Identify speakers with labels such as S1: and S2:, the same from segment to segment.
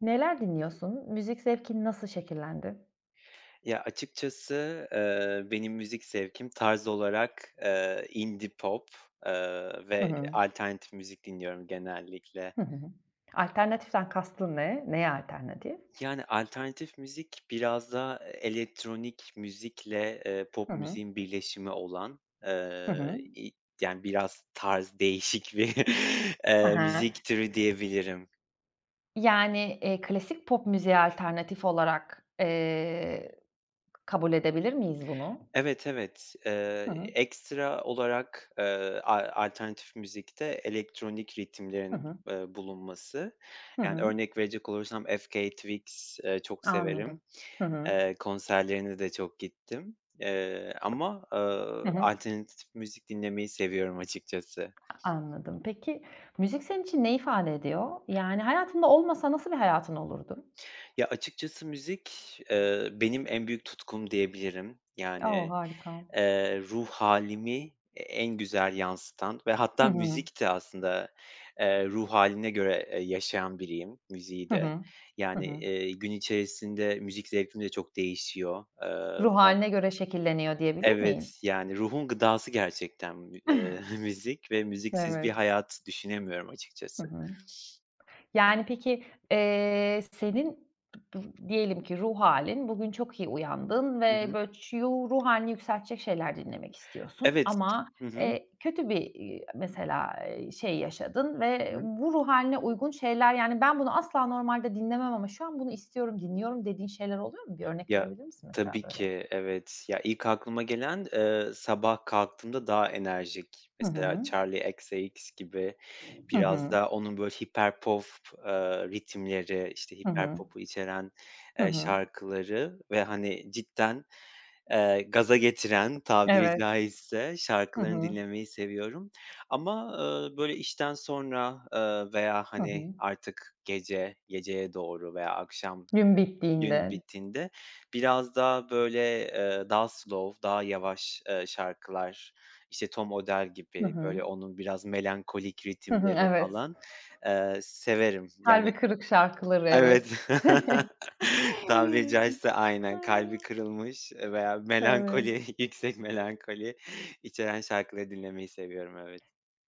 S1: Neler dinliyorsun? Müzik zevkin nasıl şekillendi?
S2: Ya, açıkçası, benim müzik zevkim tarz olarak, indie pop,
S1: Hı
S2: ve
S1: hı.
S2: alternatif müzik dinliyorum genellikle.
S1: Hı hı. Alternatiften kastın ne? Neye alternatif?
S2: Yani, alternatif müzik biraz da elektronik müzikle,
S1: Hı
S2: pop
S1: hı.
S2: müziğin birleşimi olan,
S1: Hı hı.
S2: i yani, biraz tarz değişik bir,
S1: Hı
S2: müzik türü diyebilirim.
S1: Klasik pop müziğe alternatif olarak, kabul edebilir miyiz bunu?
S2: Evet, evet.
S1: Hı hı.
S2: Ekstra olarak, a alternatif müzikte elektronik
S1: Hı
S2: ritimlerin,
S1: hı.
S2: bulunması.
S1: Hı
S2: Yani
S1: hı.
S2: örnek verecek olursam FK Twigs, çok severim.
S1: Anladım. Hı hı.
S2: Konserlerine de çok gittim. Ama
S1: Hı hı.
S2: alternatif müzik dinlemeyi seviyorum açıkçası.
S1: Anladım. Peki, müzik senin için ne ifade ediyor? Yani hayatında olmasa nasıl bir hayatın olurdu?
S2: Ya, açıkçası müzik, benim en büyük tutkum diyebilirim.
S1: O, harika.
S2: Ruh hâlimi en güzel yansıtan ve
S1: Hı
S2: hatta
S1: hı.
S2: müzik de aslında, ruh hâline göre, yaşayan biriyim, müziği
S1: Hı
S2: de.
S1: hı. Hı
S2: Yani,
S1: hı.
S2: gün içerisinde müzik zevkim de çok değişiyor.
S1: Ruh hâline göre şekilleniyor diyebilir miyiz?
S2: Evet, yani ruhun gıdası gerçekten mü müzik ve müziksiz bir
S1: Evet.
S2: hayat düşünemiyorum
S1: Hı
S2: açıkçası.
S1: hı. Yani, peki, senin b diyelim ki ruh hâlin bugün çok iyi uyandın
S2: Hı
S1: ve
S2: hı.
S1: böyle ç yu ruh hâlini yükseltecek şeyler dinlemek istiyorsun
S2: Evet.
S1: ama,
S2: Hı hı.
S1: kötü bir, mesela, şey yaşadın
S2: Hı
S1: ve
S2: hı.
S1: bu ruh hâline uygun şeyler, yani, "Ben bunu asla normalde dinlemem ama şu an bunu istiyorum, dinliyorum." dediğin şeyler oluyor mu? Bir örnek
S2: Ya,
S1: verebilir misin mesela
S2: tabii
S1: böyle?
S2: ki, evet. Ya, ilk aklıma gelen, sabah kalktığımda daha enerjik,
S1: Hı
S2: mesela
S1: hı.
S2: Charli XCX gibi
S1: Hı
S2: biraz
S1: hı.
S2: da onun böyle hiper pop, ritimleri, işte,
S1: Hı
S2: hiper
S1: hı.
S2: popu içeren,
S1: Hı hı.
S2: şarkıları ve, hani, cidden, gaza getiren tabiri
S1: Evet.
S2: caizse
S1: Hı
S2: şarkılarını
S1: hı.
S2: dinlemeyi seviyorum. Ama böyle işten sonra, veya,
S1: Hı
S2: hani,
S1: hı.
S2: artık gece, geceye doğru veya akşam
S1: Gün
S2: dün
S1: bittiğinde.
S2: bittiğinde biraz daha, böyle, daha slow, daha yavaş, şarkılar, işte, Tom Odell
S1: Hı
S2: gibi,
S1: hı.
S2: böyle, onun biraz melankolik
S1: Hı hı,
S2: ritimleri
S1: evet.
S2: falan, severim. Yani
S1: Kalbi kırık şarkıları,
S2: evet.
S1: evet.
S2: Tabiri caizse aynen kalbi kırılmış veya
S1: Evet.
S2: melankoli, yüksek melankoli içeren şarkıları dinlemeyi seviyorum, evet.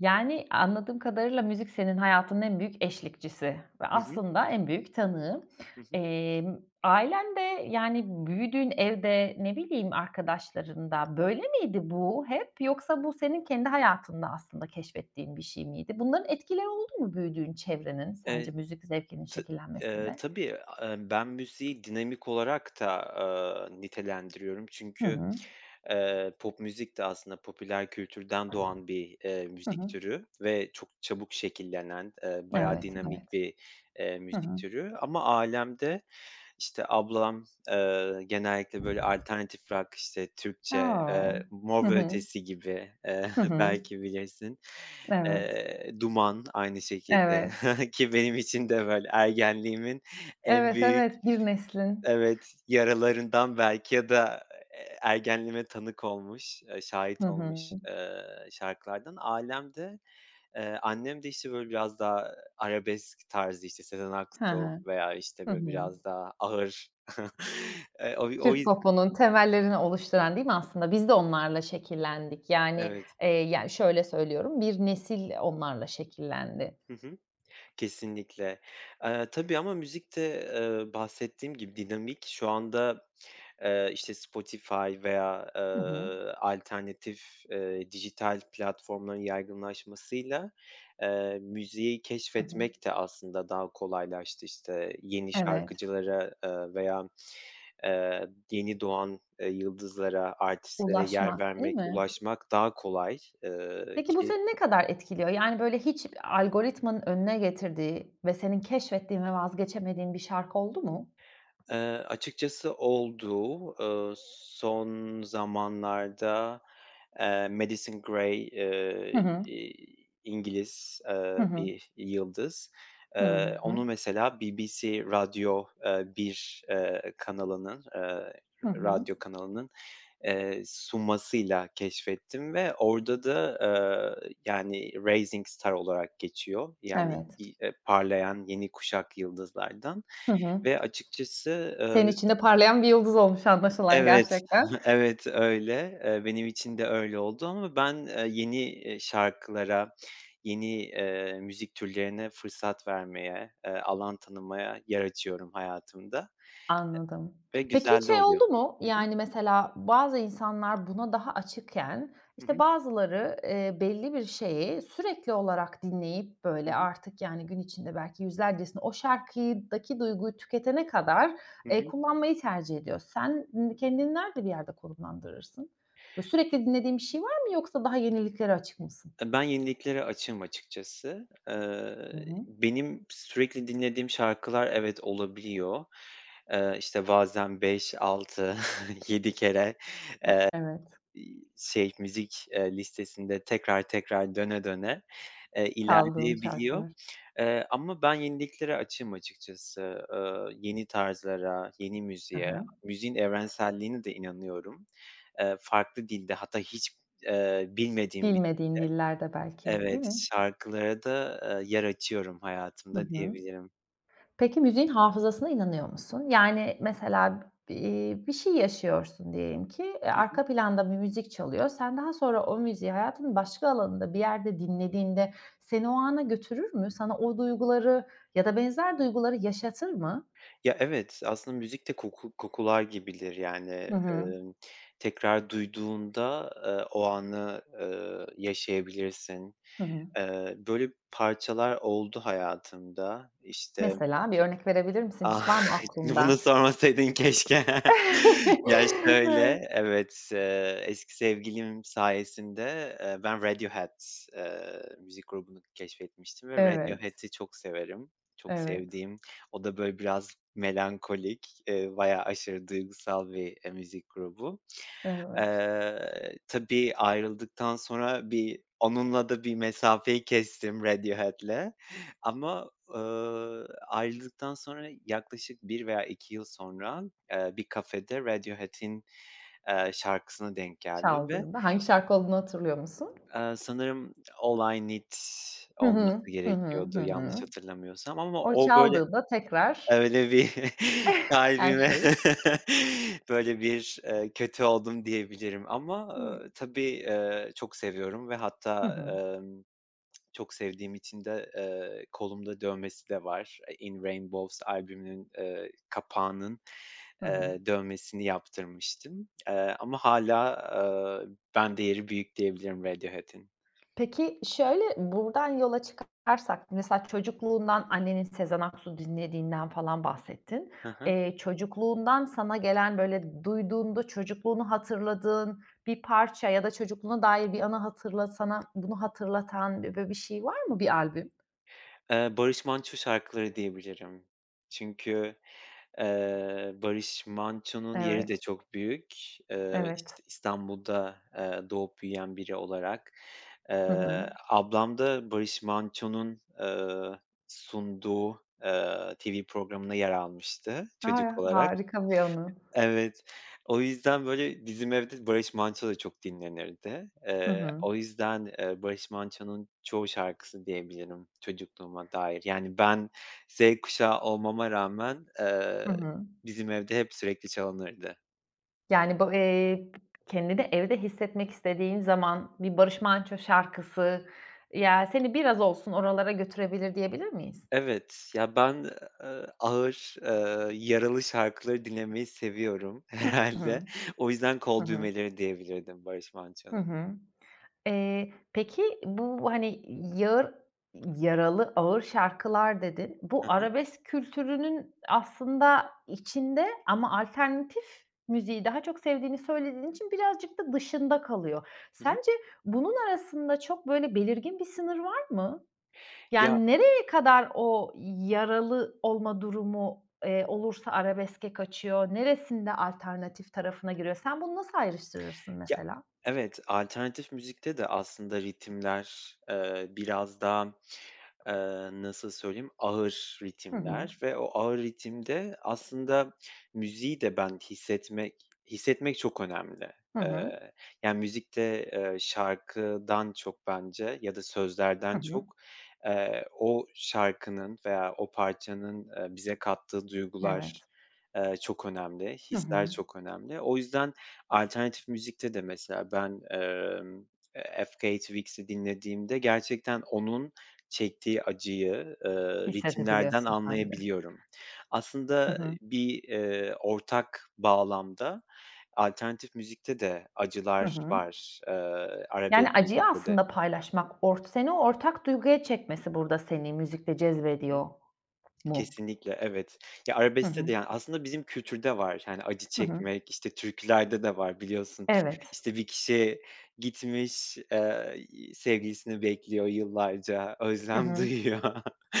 S1: Yani, anladığım kadarıyla müzik senin hayatının en büyük eşlikçisi ve
S2: Hı hı.
S1: aslında en büyük tanığı.
S2: Hı hı.
S1: Emm, ailen de, yani, büyüdüğün evde, ne bileyim, arkadaşlarında böyle miydi bu hep yoksa bu senin kendi hayatında aslında keşfettiğin bir şey miydi? Bunların etkileri oldu mu büyüdüğün çevrenin sence müzik zevkinin
S2: Tı
S1: şekillenmesinde?
S2: tabii, ben müziği dinamik olarak da, nitelendiriyorum.
S1: Hı
S2: Çünkü,
S1: hı.
S2: pop müzik de aslında popüler kültürden doğan bir,
S1: Hı
S2: müzik
S1: hı.
S2: türü ve çok çabuk şekillenen, bayağı
S1: Evet, evet.
S2: dinamik bir,
S1: Hı
S2: müzik
S1: hı.
S2: türü ama alemde işte, ablam, genellikle, böyle, alternatif rock, işte, Türkçe,
S1: A! Hı
S2: Mor ve
S1: hı.
S2: Ötesi gibi,
S1: Hı hı.
S2: belki bilirsin.
S1: Evet,
S2: Duman aynı şekilde.
S1: evet.
S2: Ki benim için de böyle ergenliğimin en
S1: Evet,
S2: büyük
S1: evet, bir neslin.
S2: evet, yaralarından belki ya da, ergenliğime tanık olmuş,
S1: Hı
S2: şahit
S1: hı.
S2: olmuş, şarkılardan. Ailem de, annem de, işte, böyle biraz daha arabesk tarzı, işte, Sezen
S1: Hı
S2: Aksu
S1: hı.
S2: veya, işte,
S1: Hı
S2: böyle
S1: hı.
S2: biraz daha ağır. O o
S1: Türk
S2: yüz
S1: popunun temellerini oluşturan değil mi aslında? Biz de onlarla şekillendik.
S2: Evet.
S1: Şöyle söylüyorum, bir nesil onlarla şekillendi.
S2: Hı hı. Kesinlikle. Tabii ama müzikte bahsettiğim gibi dinamik. Şu anda işte, Spotify veya,
S1: Hı hı.
S2: alternatif, dijital platformların yaygınlaşmasıyla, müziği
S1: Hı hı.
S2: keşfetmek de aslında daha kolaylaştı. İşte, yeni
S1: Evet,
S2: şarkıcılara, veya, yeni doğan, yıldızlara, artistlere yer
S1: ulaşmak değil
S2: vermek,
S1: mi?
S2: ulaşmak daha kolay,
S1: Peki bu
S2: ki
S1: seni ne kadar etkiliyor? Yani, böyle, hiç algoritmanın önüne getirdiği ve senin keşfettiğin ve vazgeçemediğin bir şarkı oldu mu?
S2: Eee, açıkçası oldu. Son zamanlarda, Madison Gray,
S1: Hı hı.
S2: İngiliz,
S1: Hı hı.
S2: bir yıldız.
S1: Hı hı.
S2: Onu mesela BBC Radyo, 1, kanalının,
S1: Hı hı.
S2: radyo kanalının, sunmasıyla keşfettim ve orada da, yani rising star olarak geçiyor. Yani,
S1: Evet.
S2: parlayan yeni kuşak yıldızlardan
S1: Hı hı.
S2: ve açıkçası,
S1: Senin için de parlayan bir yıldız olmuş anlaşılan
S2: evet,
S1: gerçekten.
S2: evet, öyle. Benim için de öyle oldu ama ben, yeni, şarkılara, yeni, müzik türlerine fırsat vermeye, alan tanımaya yer açıyorum hayatımda
S1: Anladım.
S2: ve
S1: Peki hiç
S2: güzel de
S1: şey
S2: oluyor.
S1: oldu mu?
S2: Hı hı.
S1: Yani, mesela bazı insanlar buna daha açıkken,
S2: Hı
S1: işte,
S2: hı.
S1: bazıları, belli bir şeyi sürekli olarak dinleyip,
S2: Hı
S1: böyle,
S2: hı.
S1: artık, yani, gün içinde belki yüzlercesini o şarkıdaki duyguyu tüketene kadar,
S2: Hı hı.
S1: kullanmayı tercih ediyor. Sen kendini nerede bir yerde konumlandırırsın? Böyle, sürekli dinlediğin bir şey var mı yoksa daha yeniliklere açık mısın?
S2: Ben yeniliklere açığım açıkçası.
S1: Hı hı.
S2: Benim sürekli dinlediğim şarkılar evet olabiliyor. İşte, bazen 5, 6, 7 kere
S1: E evet,
S2: Müzik, listesinde tekrar tekrar döne döne,
S1: çaldığın
S2: ilerleyebiliyor.
S1: şarkılar.
S2: Ama ben yeniliklere açığım açıkçası. Yeni tarzlara, yeni
S1: Hı
S2: müziğe,
S1: hı.
S2: müziğin evrenselliğine de inanıyorum. Farklı dilde hatta hiç, bilmediğim bir
S1: Bilmediğin dillerde belki, değil
S2: evet,
S1: mi?
S2: şarkılara da, yer açıyorum
S1: Hı
S2: hayatımda
S1: hı.
S2: diyebilirim.
S1: Peki müziğin hafızasına inanıyor musun? Yani mesela, bir şey yaşıyorsun diyelim ki,
S2: Hı hı.
S1: arka planda bir müzik çalıyor. Sen daha sonra o müziği hayatının başka alanında bir yerde dinlediğinde seni o ana götürür mü? Sana o duyguları ya da benzer duyguları yaşatır mı?
S2: Ya, evet, aslında müzik de kokular gibidir. Yani,
S1: Hı hı.
S2: emm, tekrar duyduğunda, o anı, yaşayabilirsin.
S1: Hı hı.
S2: Böyle parçalar oldu hayatımda. İşte
S1: Mesela bir örnek verebilir misin?
S2: ah,
S1: Hiç var mı
S2: bunu
S1: aklında?
S2: sormasaydın keşke. Ya,
S1: Evet,
S2: şöyle, evet, eski sevgilim sayesinde, ben Radiohead, müzik grubunu keşfetmiştim ve
S1: evet.
S2: Radiohead'i çok severim. Çok
S1: Evet.
S2: sevdiğim, o da böyle biraz melankolik, bayağı aşırı duygusal bir, müzik grubu.
S1: Evet,
S2: Tabii ayrıldıktan sonra bir onunla da bir mesafeyi kestim Radiohead'le ama, ayrıldıktan sonra yaklaşık bir veya 2 yıl sonra, bir kafede Radiohead'in, şarkısına denk geldim ve,
S1: çaldığında hangi şarkı olduğunu hatırlıyor musun?
S2: sanırım All I Need
S1: Hı hı.
S2: olması
S1: Hı hı. Hı
S2: gerekiyordu yanlış
S1: hı.
S2: hatırlamıyorsam ama
S1: O
S2: o böyle
S1: çaldığında tekrar
S2: öyle bir
S1: her
S2: kalbime
S1: şey
S2: böyle bir, kötü oldum diyebilirim ama,
S1: iyi.
S2: tabii, çok seviyorum ve
S1: Hı
S2: hatta,
S1: hı.
S2: çok sevdiğim için de, kolumda dövmesi de var. In Rainbows albümünün, kapağının,
S1: Hı hı.
S2: dövmesini yaptırmıştım. Ama hala eee, bende yeri büyük diyebilirim Radiohead'in.
S1: Peki, şöyle, buradan yola çıkarsak mesela çocukluğundan annenin Sezen Aksu dinlediğinden falan bahsettin.
S2: Hı hı.
S1: Çocukluğundan sana gelen, böyle, duyduğunda çocukluğunu hatırladığın bir parça ya da çocukluğuna dair bir anı hatırla sana bunu hatırlatan, böyle, bir şey var mı? Bir albüm?
S2: Barış Manço şarkıları diyebilirim. Çünkü Barış Manço'nun yeri
S1: Evet,
S2: de çok büyük.
S1: evet.
S2: İşte, İstanbul'da, doğup büyüyen biri olarak.
S1: Hı hı.
S2: Ablam da Barış Manço'nun, sunduğu, TV programına yer almıştı çocuk
S1: A!
S2: olarak.
S1: Harika bir anı.
S2: Evet. O yüzden, böyle, bizim evde Barış Manço da çok dinlenirdi.
S1: Hı hı.
S2: O yüzden, Barış Manço'nun çoğu şarkısı diyebilirim çocukluğuma dair. Yani ben Z kuşağı olmama rağmen,
S1: Hı hı.
S2: bizim evde hep sürekli çalınırdı.
S1: Yani, bu, eee, kendini evde hissetmek istediğin zaman bir Barış Manço şarkısı, ya, seni biraz olsun oralara götürebilir diyebilir miyiz?
S2: Evet, ya, ben, ağır, yaralı şarkıları dinlemeyi seviyorum
S1: Hı
S2: herhalde.
S1: hı.
S2: O yüzden
S1: Hı
S2: kol
S1: hı.
S2: düğmeleri diyebilirdim Barış
S1: Hı
S2: Manço'nun.
S1: hı. Peki bu, hani, yağır yaralı, ağır şarkılar dedin. Bu
S2: Hı hı.
S1: arabesk kültürünün aslında içinde ama alternatif müziği daha çok sevdiğini söylediğin için birazcık da dışında kalıyor.
S2: Hı hı.
S1: Sence bunun arasında çok böyle belirgin bir sınır var mı?
S2: Ya
S1: Yani nereye kadar o yaralı olma durumu, olursa arabeske kaçıyor, neresinde alternatif tarafına giriyor? Sen bunu nasıl ayrıştırırsın
S2: Ya,
S1: mesela?
S2: evet, alternatif müzikte de aslında ritimler, biraz daha nasıl söyleyeyim, ağır
S1: Hı hı.
S2: ritimler ve o ağır ritimde aslında müziği de ben hissetmek çok önemli.
S1: Hı hı.
S2: Eee, yani müzikte, şarkıdan çok bence ya da
S1: Hı
S2: sözlerden
S1: hı.
S2: çok, o şarkının veya o parçanın, bize kattığı duygular,
S1: Evet.
S2: çok önemli,
S1: Hı hı.
S2: hisler çok önemli. O yüzden alternatif müzikte de mesela ben, FK Twigs'i dinlediğimde gerçekten onun çektiği acıyı, ritimlerden
S1: Hissedebiliyorsun sen de.
S2: anlayabiliyorum.
S1: Hı
S2: Aslında
S1: hı.
S2: bir, ortak bağlamda alternatif müzikte de
S1: Hı
S2: acılar
S1: hı.
S2: var,
S1: Yani,
S2: arabesk
S1: acıyı
S2: müzikte de.
S1: aslında paylaşmak ort seni ortak duyguya çekmesi burada seni müzikle
S2: Hı hı.
S1: cezbediyor mu?
S2: Kesinlikle, evet. Ya,
S1: Hı hı.
S2: arabeskte de, yani, aslında bizim kültürde var. Yani, acı
S1: Hı hı.
S2: çekmek, işte, türkülerde de var biliyorsun.
S1: Evet.
S2: İşte, bir kişi gitmiş, sevgilisini bekliyor yıllarca,
S1: Hı
S2: özlem
S1: hı.
S2: duyuyor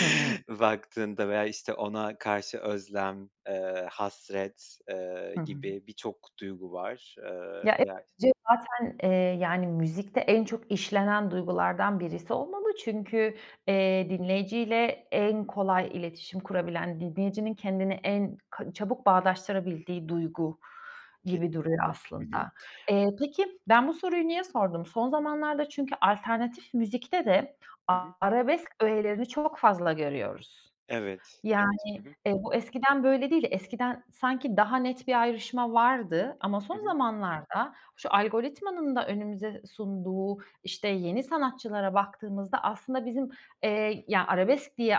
S1: Hı hı.
S2: baktığında veya, işte, ona karşı özlem, hasret,
S1: Hı hı.
S2: gibi birçok duygu var.
S1: Ya, evet,
S2: Veya
S1: bence zaten, yani, müzikte en çok işlenen duygulardan birisi olmalı. Çünkü, dinleyiciyle en kolay iletişim kurabilen, dinleyicinin kendini en ka çabuk bağdaştırabildiği duygu gibi duruyor
S2: Kesinlikle. Hı hı.
S1: aslında. Peki, ben bu soruyu niye sordum? Son zamanlarda çünkü alternatif müzikte de
S2: Hı hı.
S1: arabesk öğelerini çok fazla görüyoruz.
S2: Evet, evet. Hı hı.
S1: Bu eskiden böyle değildi. Eskiden sanki daha net bir ayrışma vardı ama
S2: Hı
S1: son
S2: hı.
S1: zamanlarda şu algoritmanın da önümüze sunduğu, işte, yeni sanatçılara baktığımızda aslında bizim, arabesk diye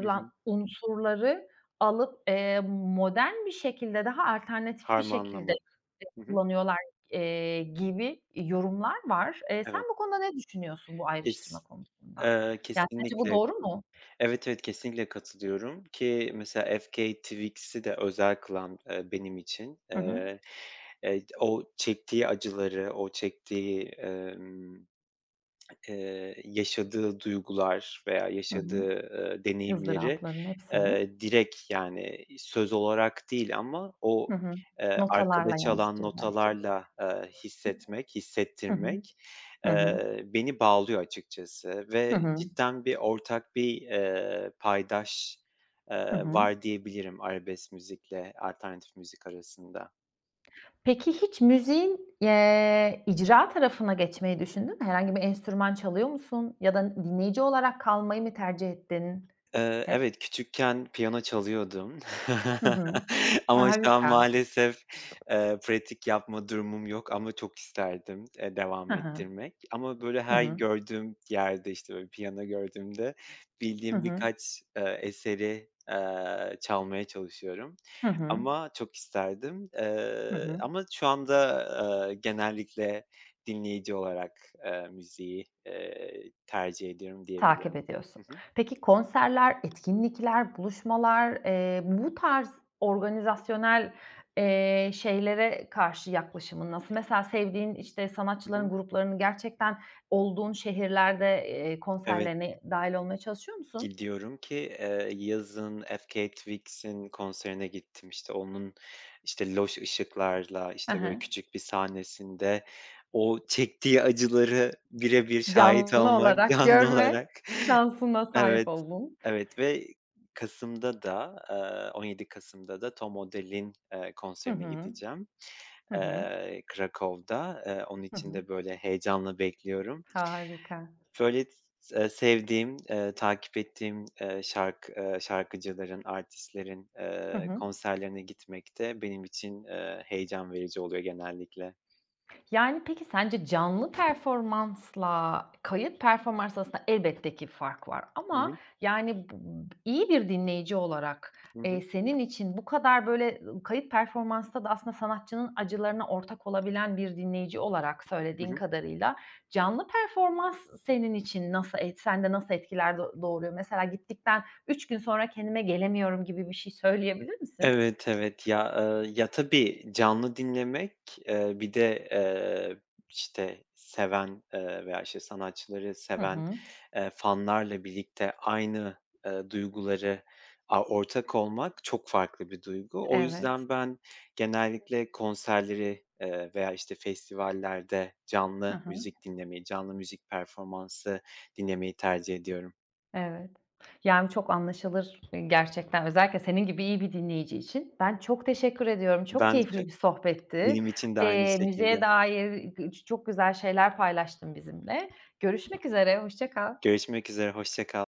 S2: Hı hı.
S1: unsurları alıp, modern bir şekilde daha alternatif bir şekilde,
S2: Harmanlamak. Hı hı.
S1: kullanıyorlar, gibi yorumlar var. Sen
S2: Evet.
S1: bu konuda ne düşünüyorsun bu ayrıştırma
S2: Kes
S1: konusunda? Yani, sence bu
S2: Kesinlikle.
S1: doğru mu?
S2: Evet, evet, kesinlikle katılıyorum ki mesela FK Twigs'i de özel kılan, benim için,
S1: Hı hı.
S2: o çektiği acıları, o çektiği, yaşadığı duygular veya
S1: Hı hı.
S2: yaşadığı, deneyimleri,
S1: Izdırapların hepsini.
S2: direkt, yani, söz olarak değil ama
S1: Hı
S2: o,
S1: hı. Notalarla
S2: arkada çalan
S1: yansıtıyor belki.
S2: notalarla, hissetmek,
S1: Hı hı.
S2: hissettirmek,
S1: Hı hı.
S2: beni bağlıyor açıkçası
S1: Hı
S2: ve
S1: hı.
S2: cidden ortak bir, paydaş,
S1: Hı hı.
S2: var diyebilirim arabesk müzikle alternatif müzik arasında.
S1: Peki hiç müziğin, icra tarafına geçmeyi düşündün mü? Herhangi bir enstrüman çalıyor musun ya da dinleyici olarak kalmayı mı tercih ettin hep?
S2: Evet, küçükken piyano çalıyordum
S1: Hı hı. A,
S2: ama şu an
S1: harika.
S2: maalesef, pratik yapma durumum yok ama çok isterdim,
S1: Hı
S2: devam
S1: hı.
S2: ettirmek. Ama böyle
S1: Hı
S2: her
S1: hı.
S2: gördüğüm yerde, işte, böyle piyano gördüğümde
S1: Hı
S2: bildiğim
S1: hı.
S2: birkaç, eseri, çalmaya çalışıyorum
S1: Hı hı.
S2: ama çok isterdim.
S1: Hı hı.
S2: Ama şu anda, genellikle dinleyici olarak, müziği, tercih ediyorum
S1: Takip
S2: diyebilirim. Hı
S1: ediyorsun.
S2: hı.
S1: Peki konserler, etkinlikler, buluşmalar, bu tarz organizasyonel, şeylere karşı yaklaşımın nasıl? Mesela sevdiğin, işte,
S2: Hı
S1: sanatçıların
S2: hı.
S1: gruplarını gerçekten olduğun şehirlerde,
S2: Evet.
S1: konserlerine dâhil olmaya çalışıyor musun?
S2: Gidiyorum ki, yazın FK Twigs'in konserine gittim. İşte, onun, işte, loş ışıklarla,
S1: Hı
S2: işte, böyle
S1: hı.
S2: küçük bir sahnesinde o çektiği acıları birebir şahit
S1: Canlı
S2: olmak
S1: olarak
S2: canlı
S1: görme
S2: olarak.
S1: şansına sahip
S2: Evet,
S1: oldun.
S2: evet ve kasımda da, 17 Kasım'da da Tom Odell'in,
S1: Hı
S2: konserine
S1: hı.
S2: gideceğim,
S1: Hı hı.
S2: Krakow'da. Onun
S1: Hı
S2: için
S1: hı.
S2: de böyle heyecanla bekliyorum.
S1: Harika.
S2: Böyle, sevdiğim, takip ettiğim, şarkıcıların, artistlerin,
S1: Hı hı.
S2: konserlerine gitmek de benim için, heyecan verici oluyor genellikle.
S1: Yani, peki sence canlı performansla kayıt performans arasında elbette ki fark var
S2: Hı
S1: ama,
S2: hı.
S1: yani, bu iyi bir dinleyici olarak,
S2: Hı hı.
S1: senin için bu kadar, böyle, kayıt performansta da aslında sanatçının acılarına ortak olabilen bir dinleyici olarak
S2: Hı
S1: söylediğin
S2: hı.
S1: kadarıyla canlı performans senin için nasıl et sende nasıl etkiler do doğuruyor? Mesela gittikten 3 gün sonra kendime gelemiyorum gibi bir şey söyleyebilir misin?
S2: Evet, evet. Ya, ya, tabii canlı dinlemek, bir de, işte, seven, veya, işte, sanatçıları
S1: Hı
S2: seven,
S1: hı.
S2: Fanlarla birlikte aynı, duyguları, ortak olmak çok farklı bir duygu. O
S1: Evet.
S2: yüzden ben genellikle konserleri, veya, işte, festivallerde
S1: Hı
S2: canlı
S1: hı.
S2: müzik dinlemeyi, canlı müzik performansı dinlemeyi tercih ediyorum.
S1: Evet. Yani, çok anlaşılır, gerçekten. Özellikle senin gibi iyi bir dinleyici için. Ben çok teşekkür ediyorum. Çok
S2: Ben de
S1: keyifli
S2: çok
S1: bir sohbetti.
S2: benim için de aynı şekilde.
S1: Müziğe dair g çok güzel şeyler paylaştın bizimle. Görüşmek üzere, hoşça kal.
S2: Görüşmek üzere, hoşça kal.